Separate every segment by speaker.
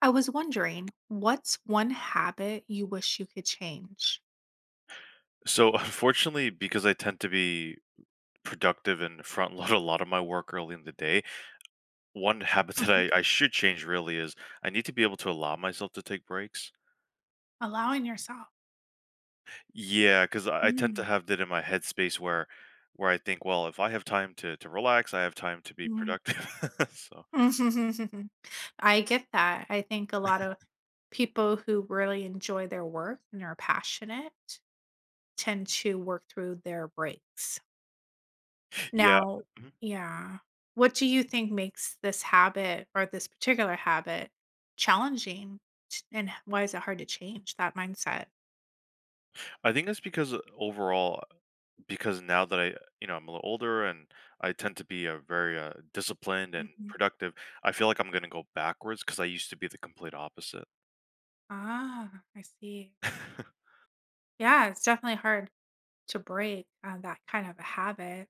Speaker 1: I was wondering, what's one habit you wish you could change?
Speaker 2: So unfortunately, because I tend to be productive and front load a lot of my work early in the day, one habit that
Speaker 1: Mhm.
Speaker 2: I should change really is I need to be able to allow myself to take breaks.
Speaker 1: Allowing yourself.
Speaker 2: Yeah, because I tend to
Speaker 1: Mm,
Speaker 2: have that in my headspace where I think, well, if I have time to relax, I have time to be
Speaker 1: mm.
Speaker 2: productive. So
Speaker 1: I get that. I think a lot of people who really enjoy their work and are passionate tend to work through their breaks.
Speaker 2: yeah.
Speaker 1: Now,
Speaker 2: Mhm.
Speaker 1: yeah, what do you think makes this habit or this particular habit challenging? And why is it hard to change that mindset?
Speaker 2: I think it's because overall, because now that I'm a little older and I tend to be a very disciplined and
Speaker 1: Mhm.
Speaker 2: productive, I feel like I'm going to go backwards because I used to be the complete opposite.
Speaker 1: Ah, I see. Yeah, it's definitely hard to break, that kind of a habit.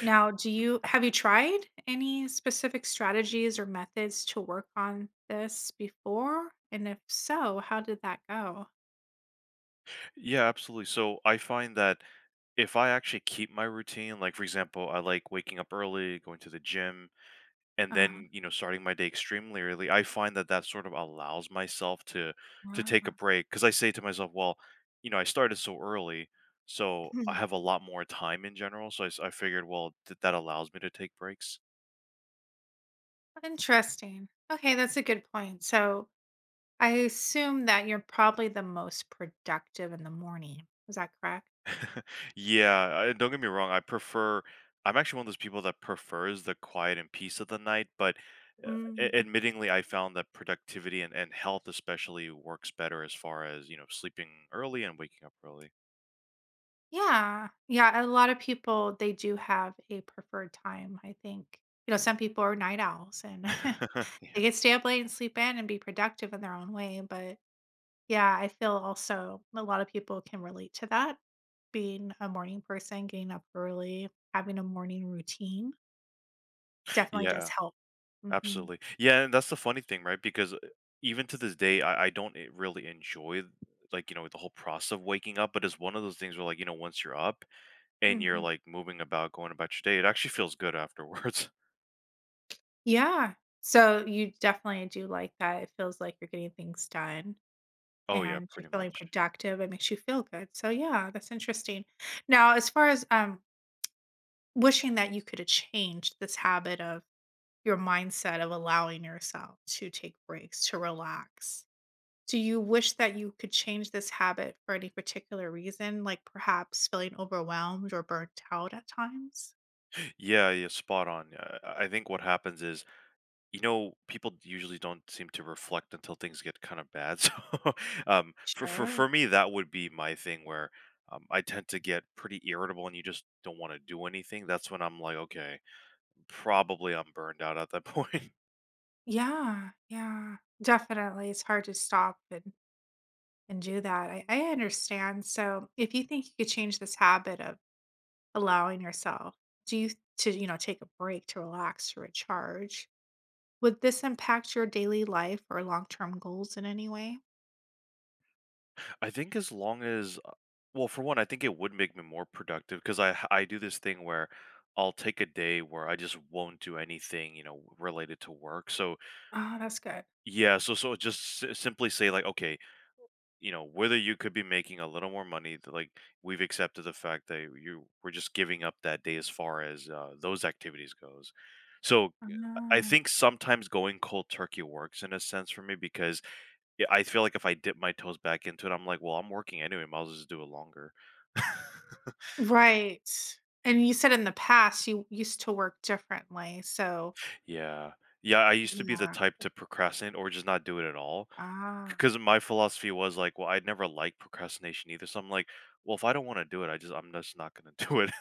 Speaker 1: Now, do you have you tried any specific strategies or methods to work on this before? And if so, how did that go?
Speaker 2: Yeah, absolutely. So I find that if I actually keep my routine, like for example, I like waking up early, going to the gym, and
Speaker 1: Uh,
Speaker 2: then starting my day extremely early. I find that that sort of allows myself to take a
Speaker 1: wow.
Speaker 2: break because I say to myself, well, I started so early, so I have a lot more time in general, so I figured, well, that allows me to take breaks.
Speaker 1: Interesting. Okay, that's a good point. So I assume that you're probably the most productive in the morning. Is that correct?
Speaker 2: Yeah. Don't get me wrong, I'm actually one of those people that prefers the quiet and peace of the night, but uh, admittingly I found that productivity and health especially works better as far as sleeping early and waking up early.
Speaker 1: Yeah. Yeah, a lot of people, they do have a preferred time, I think. You know, some people are night owls and
Speaker 2: Yeah,
Speaker 1: they could stay up late and sleep in and be productive in their own way, but yeah, I feel also a lot of people can relate to that. Being a morning person, getting up early, having a morning routine definitely does
Speaker 2: yeah,
Speaker 1: help. Mhm.
Speaker 2: absolutely. Yeah, and that's the funny thing, right? Because even to this day, I don't really enjoy, like, the whole process of waking up. But it's one of those things where, like, once you're up and you're
Speaker 1: Mhm.
Speaker 2: like moving about, going about your day, it actually feels good afterwards.
Speaker 1: Yeah. So you definitely do like that. It feels like you're getting things done.
Speaker 2: Oh yeah,
Speaker 1: And you're
Speaker 2: pretty
Speaker 1: feeling
Speaker 2: much.
Speaker 1: productive, it makes you feel good. So yeah, that's interesting. Now, as far as, wishing that you could have changed this habit of your mindset of allowing yourself to take breaks, to relax. Do you wish that you could change this habit for any particular reason, like perhaps feeling overwhelmed or burnt out at times?
Speaker 2: Yeah, yeah, spot on. I think what happens is, people usually don't seem to reflect until things get kind of bad. So, for for
Speaker 1: Sure.
Speaker 2: for me, that would be my thing where I tend to get pretty irritable, and you just don't want to do anything. That's when I'm like, okay, probably I'm burned out at that point.
Speaker 1: Yeah, yeah. Definitely. It's hard to stop and do that. I understand. So if you think you could change this habit of allowing yourself do you to, you know, take a break to relax, to recharge. Would this impact your daily life or long-term goals in any way?
Speaker 2: I think as long as, well, for one, I think it would make me more productive because I do this thing where I'll take a day where I just won't do anything, related to work. So
Speaker 1: Oh, that's good.
Speaker 2: yeah, so just simply say, like, okay. Whether you could be making a little more money, like, we've accepted the fact that you were just giving up that day as far as those activities goes. So I
Speaker 1: Ah.
Speaker 2: think sometimes going cold turkey works in a sense for me because, yeah, I feel like if I dip my toes back into it, I'm like, well, I'm working anyway, might as well just do it longer.
Speaker 1: Right. And you said in the past you used to work differently, so
Speaker 2: Yeah, yeah, I used to be the
Speaker 1: yeah.
Speaker 2: type to procrastinate or just not do it at all,
Speaker 1: Ah,
Speaker 2: because my philosophy was like, well, I'd never like procrastination either, so I'm like, well, if I don't want to do it, I'm just not going to do it.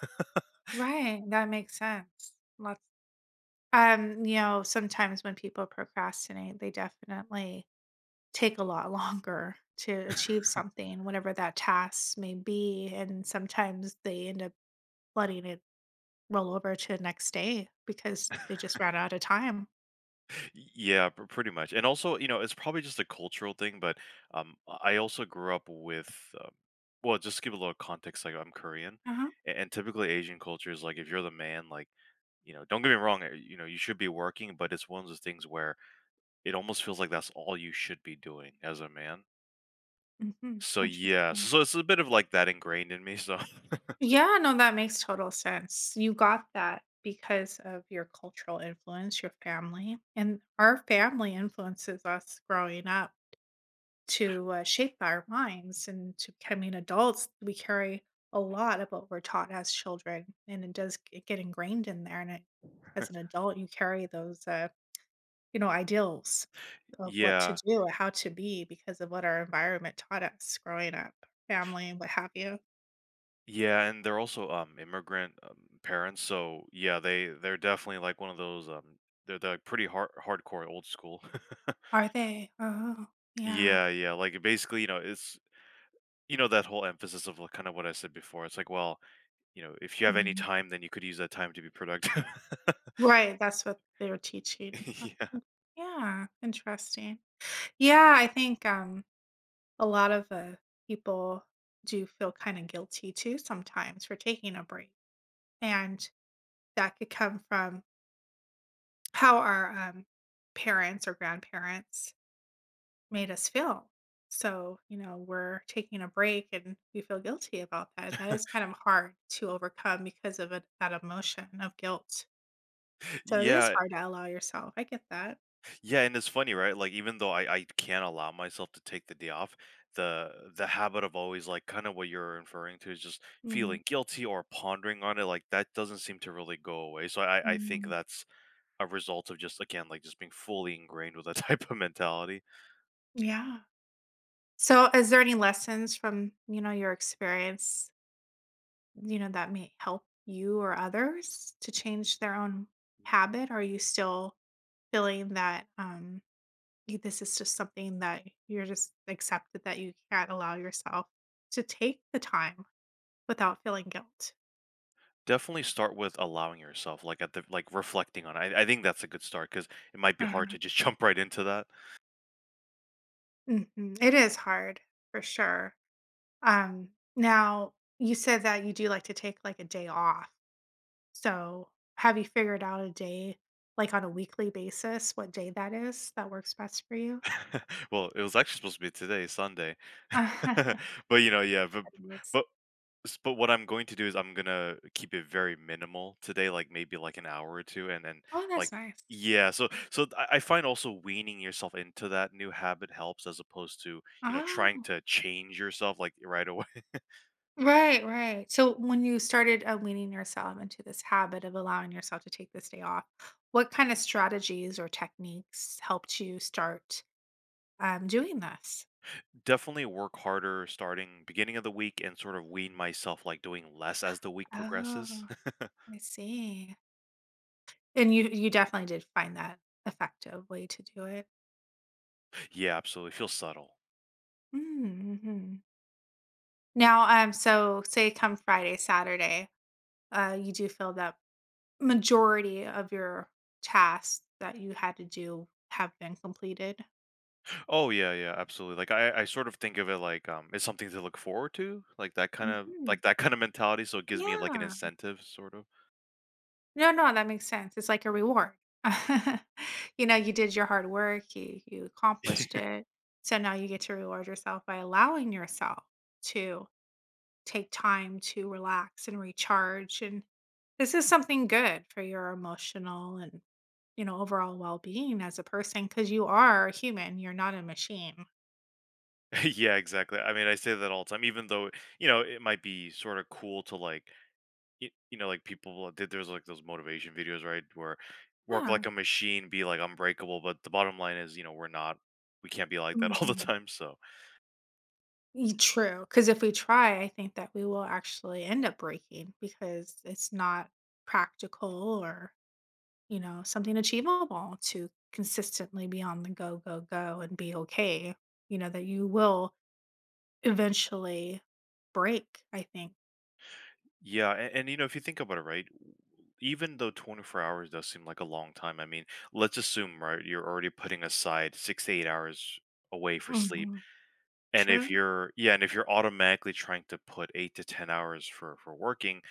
Speaker 1: right, that makes sense. Lots you know, sometimes when people procrastinate, they definitely take a lot longer to achieve something, whatever that task may be, and sometimes they end up letting it roll over to the next day because they just ran out of time.
Speaker 2: Yeah, pretty much. And also, it's probably just a cultural thing, but um, I also grew up with, well, just to give a little context, like, I'm Korean,
Speaker 1: Uh-huh.
Speaker 2: and typically Asian cultures, like, if you're the man, like, don't get me wrong, you should be working, but it's one of those things where it almost feels like that's all you should be doing as a man.
Speaker 1: Mhm,
Speaker 2: So yeah, so,
Speaker 1: interesting.
Speaker 2: so it's a bit of like that ingrained in me. So
Speaker 1: Yeah, no, that makes total sense. You got that because of your cultural influence, your family, and our family influences us growing up to, shape our minds and to becoming adults. We carry a lot of what we're taught as children, and it does g get ingrained in there, and it as an adult, you carry those, you know, ideals of what to
Speaker 2: yeah,
Speaker 1: do or how to be because of what our environment taught us growing up, family and what have you.
Speaker 2: yeah, and they're also, immigrant, parents, so, yeah, they're definitely, like, one of those, they're like pretty hardcore old school.
Speaker 1: Are they? Oh, yeah.
Speaker 2: Yeah, yeah, like, basically, it's that whole emphasis of, like, kinda what I said before, it's like, well, if you have any
Speaker 1: Mhm.
Speaker 2: time, then you could use that time to be productive.
Speaker 1: Right, that's what they were teaching. Uh,
Speaker 2: Yeah.
Speaker 1: Yeah, interesting. Yeah, I think, a lot of, people do feel kinda guilty too sometimes for taking a break, and that could come from how our, parents or grandparents made us feel. So, you know, we're taking a break and we feel guilty about that. And that is kind of hard to overcome because of it that emotion of guilt. So it is
Speaker 2: Yeah,
Speaker 1: hard to allow yourself, I get that.
Speaker 2: yeah, and it's funny, right? Like, even though I can't allow myself to take the day off, the habit of always, like, kind of what you're referring to is just
Speaker 1: Mhm,
Speaker 2: feeling guilty or pondering on it, like that doesn't seem to really go away. So I think
Speaker 1: mm,
Speaker 2: that's a result of just, again, like just being fully ingrained with that type of mentality.
Speaker 1: yeah. So, is there any lessons from, you know, your experience you know, that may help you or others to change their own habit? Are you still feeling that this is just something that you're just accepted that you can't allow yourself to take the time without feeling guilt?
Speaker 2: Definitely start with allowing yourself, like at the like reflecting on it. I think that's a good start because it might be hard to
Speaker 1: Mhm.
Speaker 2: just jump right into that.
Speaker 1: Mhm. It is hard for sure. Now you said that you do like to take like a day off. So have you figured out a day like on a weekly basis what day that is that works best for you?
Speaker 2: Well, it was actually supposed to be today, Sunday. But yeah,
Speaker 1: Anyways.
Speaker 2: but but what I'm going to do is I'm gonna keep it very minimal today, like, maybe, like, an hour or 2, and then,
Speaker 1: Oh,
Speaker 2: like.
Speaker 1: that's nice.
Speaker 2: Yeah, so I find also weaning yourself into that new habit helps as opposed to, trying
Speaker 1: Oh,
Speaker 2: to change yourself, like, right away.
Speaker 1: right, right. So when you started, weaning yourself into this habit of allowing yourself to take this day off, what kind of strategies or techniques helped you start, doing this?
Speaker 2: Definitely work harder starting beginning of the week and sort of wean myself, like, doing less as the week progresses.
Speaker 1: Oh, I see. And you definitely did find that effective way to do it.
Speaker 2: Yeah, absolutely. Feel subtle.
Speaker 1: Mm, mhm. Now, so say come Friday, Saturday, you do feel that majority of your tasks that you had to do have been completed?
Speaker 2: Oh yeah, yeah, absolutely. Like, I sort of think of it like, it's something to look forward to, like that kind of,
Speaker 1: Mhm.
Speaker 2: like that kind of mentality. So it gives me like an
Speaker 1: Yeah.
Speaker 2: incentive, sort of.
Speaker 1: No, no, that makes sense. It's like a reward. You know, you did your hard work, you accomplished it. So now you get to reward yourself by allowing yourself to take time to relax and recharge. And this is something good for your emotional and, you know, overall well being as a person because you are a human, you're not a machine.
Speaker 2: Yeah, exactly. I mean, I say that all the time, even though it might be sort of cool to, like, like people did. There's like those motivation videos, right, where work
Speaker 1: Yeah.
Speaker 2: like a machine, be like unbreakable. But the bottom line is, we're not. We can't be like that all the time. So.
Speaker 1: Y True. Because if we try, I think that we will actually end up breaking because it's not practical or, you know, something achievable to consistently be on the go, go, go and be okay, you know, that you will eventually break, I think.
Speaker 2: Yeah, and if you think about it, right, even though 24 hours does seem like a long time, I mean, let's assume, right, you're already putting aside 6 to 8 hours away for sleep.
Speaker 1: Mhm.
Speaker 2: And if
Speaker 1: True.
Speaker 2: you're, yeah, and if you're automatically trying to put eight to 10 hours for working,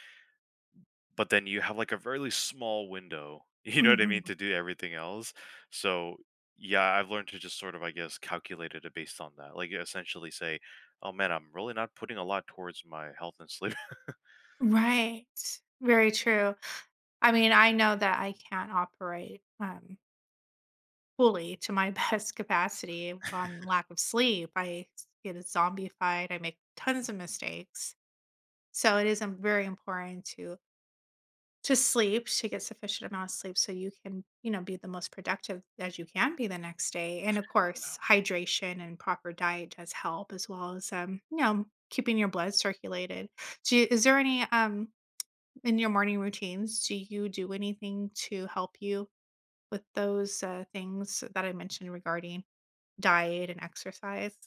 Speaker 2: but then you have like a very small window, you know what I
Speaker 1: Mhm.
Speaker 2: mean, to do everything else. So, yeah, I've learned to just sort of, I guess, calculate it based on that. Like essentially say, oh man, I'm really not putting a lot towards my health and sleep.
Speaker 1: Right. Very true. I mean, I know that I can't operate, fully to my best capacity on lack of sleep. I get zombified. I make tons of mistakes. So it is very important to sleep to get sufficient amount of sleep so you can you know be the most productive as you can be the next day, and of course hydration and proper diet does help, as well as you know keeping your blood circulated. Is there any in your morning routines do you do anything to help you with those things that I mentioned regarding diet and exercise.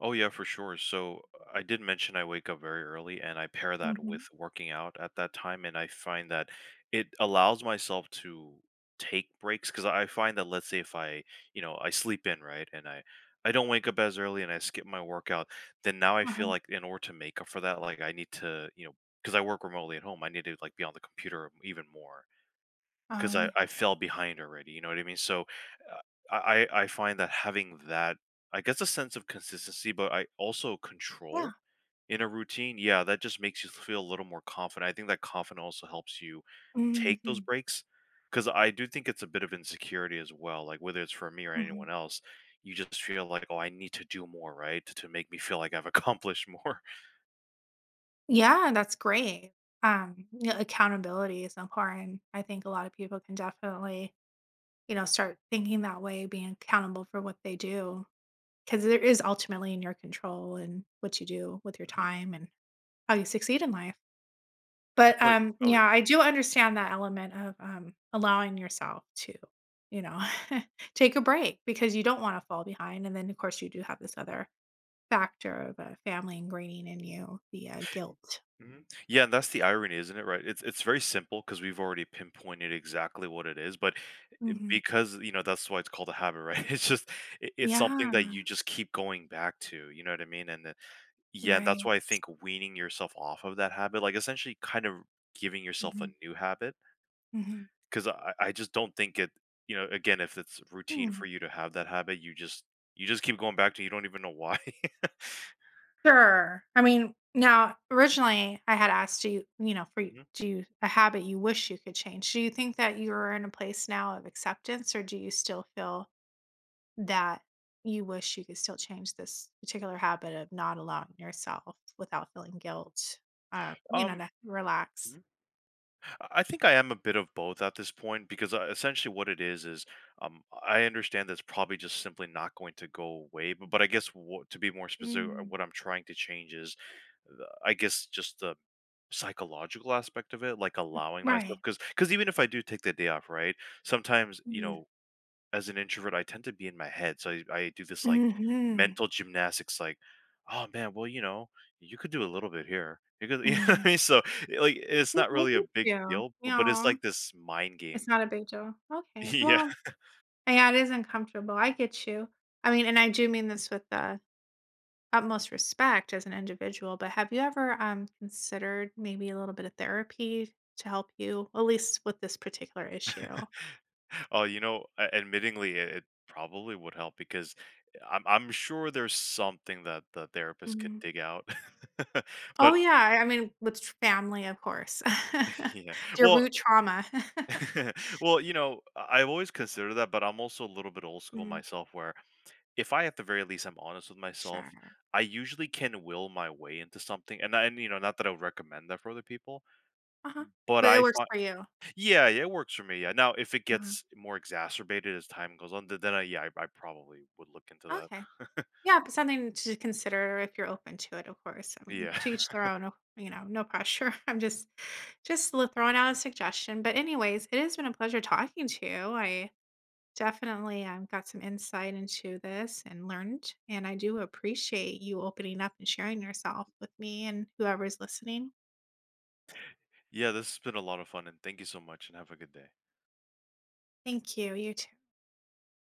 Speaker 2: Oh yeah, for sure. So I did mention I wake up very early and I pair that
Speaker 1: Mhm.
Speaker 2: with working out at that time, and I find that it allows myself to take breaks, cuz I find that, let's say if I sleep in, right? And I don't wake up as early and I skip my workout, then now I feel
Speaker 1: Uh-huh.
Speaker 2: like in order to make up for that, like I need to, you know, cuz I work remotely at home, I need to like be on the computer even more. 'Cause
Speaker 1: Oh,
Speaker 2: I
Speaker 1: yeah.
Speaker 2: I fell behind already, you know what I mean? So, uh, I find that having that, I guess, a sense of consistency, but I also
Speaker 1: Yeah.
Speaker 2: control in a routine, yeah, that just makes you feel a little more confident. I think that confidence also helps you take those
Speaker 1: Mhm,
Speaker 2: breaks. Because I do think it's a bit of insecurity as well, like, whether it's for me or
Speaker 1: mhm.
Speaker 2: anyone else, you just feel like, "Oh, I need to do more, right? To make me feel like I've accomplished more."
Speaker 1: Yeah, that's great. Yeah, accountability is important. I think a lot of people can definitely, you know, start thinking that way, being accountable for what they do, because there is ultimately in your control and what you do with your
Speaker 2: Mhm.
Speaker 1: time and how you succeed in life. But,
Speaker 2: Oh, yeah. Oh,
Speaker 1: yeah,
Speaker 2: yeah.
Speaker 1: I do understand that element of, allowing yourself to, you know, take a break because you don't wanna fall behind, and then, of course, you do have this other factor of, family ingraining in you the, guilt.
Speaker 2: Mhm. Yeah, and that's the irony, isn't it, right? It's very simple because we've already pinpointed exactly what it is, but
Speaker 1: Mhm.
Speaker 2: because that's why it's called a habit, right? It's just it's something that
Speaker 1: Yeah.
Speaker 2: you just keep going back to, you know what I mean? And then, yeah, and
Speaker 1: Right.
Speaker 2: that's why I think weaning yourself off of that habit, like, essentially kind of giving yourself a
Speaker 1: Mhm.
Speaker 2: new habit,
Speaker 1: Mhm.
Speaker 2: because I just don't think it, again, if it's routine
Speaker 1: Hmm.
Speaker 2: for you to have that habit, you just keep going back to it, you don't even know why.
Speaker 1: Sure. I mean, now, originally, I had asked you, you know, for you-
Speaker 2: Mhm.
Speaker 1: do you a habit you wish you could change. Do you think that you're in a place now of acceptance, or do you still feel that you wish you could still change this particular habit of not allowing yourself without feeling guilt, you know,
Speaker 2: Um.
Speaker 1: to relax.
Speaker 2: I think I am a bit of both at this point because essentially what it is I understand that's probably just simply not going to go away. But, I guess, what, to be more specific,
Speaker 1: Mm,
Speaker 2: what I'm trying to change is the, I guess just the psychological aspect of it, like allowing myself,
Speaker 1: right.
Speaker 2: because even if I do take the day off, right? Sometimes
Speaker 1: Mm,
Speaker 2: as an introvert, I tend to be in my head. So I do this like
Speaker 1: mhm,
Speaker 2: mental gymnastics, like, oh man, well, you could do a little bit here. You could, you know what I
Speaker 1: mm.
Speaker 2: mean? So, like, it's
Speaker 1: No,
Speaker 2: not
Speaker 1: I
Speaker 2: really a
Speaker 1: get
Speaker 2: big
Speaker 1: you.
Speaker 2: deal, but, it's
Speaker 1: Yeah,
Speaker 2: like this mind
Speaker 1: it's
Speaker 2: game.
Speaker 1: not a big deal. Okay.
Speaker 2: Yeah.
Speaker 1: Well, yeah, it is uncomfortable. I get you. I mean, and I do mean this with the utmost respect as an individual, but have you ever considered maybe a little bit of therapy to help you, at least with this particular issue?
Speaker 2: Oh, admittingly, it probably would help because I'm sure there's something that the therapist could dig out. But
Speaker 1: Oh, yeah, I mean, with tr family, of course.
Speaker 2: yeah,
Speaker 1: Your
Speaker 2: well,
Speaker 1: root trauma.
Speaker 2: well, I've always considered that, but I'm also a little bit old school
Speaker 1: Mhm,
Speaker 2: myself where, if I at the very least I am honest with myself,
Speaker 1: sure.
Speaker 2: I usually can will my way into something, and not that I would recommend that for other people,
Speaker 1: Uh-huh.
Speaker 2: but
Speaker 1: But
Speaker 2: I
Speaker 1: it works
Speaker 2: find,
Speaker 1: for you.
Speaker 2: yeah, yeah, it works for me, yeah. Now if it
Speaker 1: Mhm,
Speaker 2: gets more exacerbated as time goes on, th then I yeah, I probably would look into
Speaker 1: okay.
Speaker 2: that.
Speaker 1: Yeah, but something to consider if you're open to it, of course. I mean,
Speaker 2: Yeah.
Speaker 1: to each their own, you know, no pressure. I'm just li throwing out a suggestion, but anyways, it has been a pleasure talking to you. I definitely, got some insight into this and learned, and I do appreciate you opening up and sharing yourself with me and whoever's listening.
Speaker 2: Yeah, this has been a lot of fun, and thank you so much, and have a good day.
Speaker 1: Thank you, you too.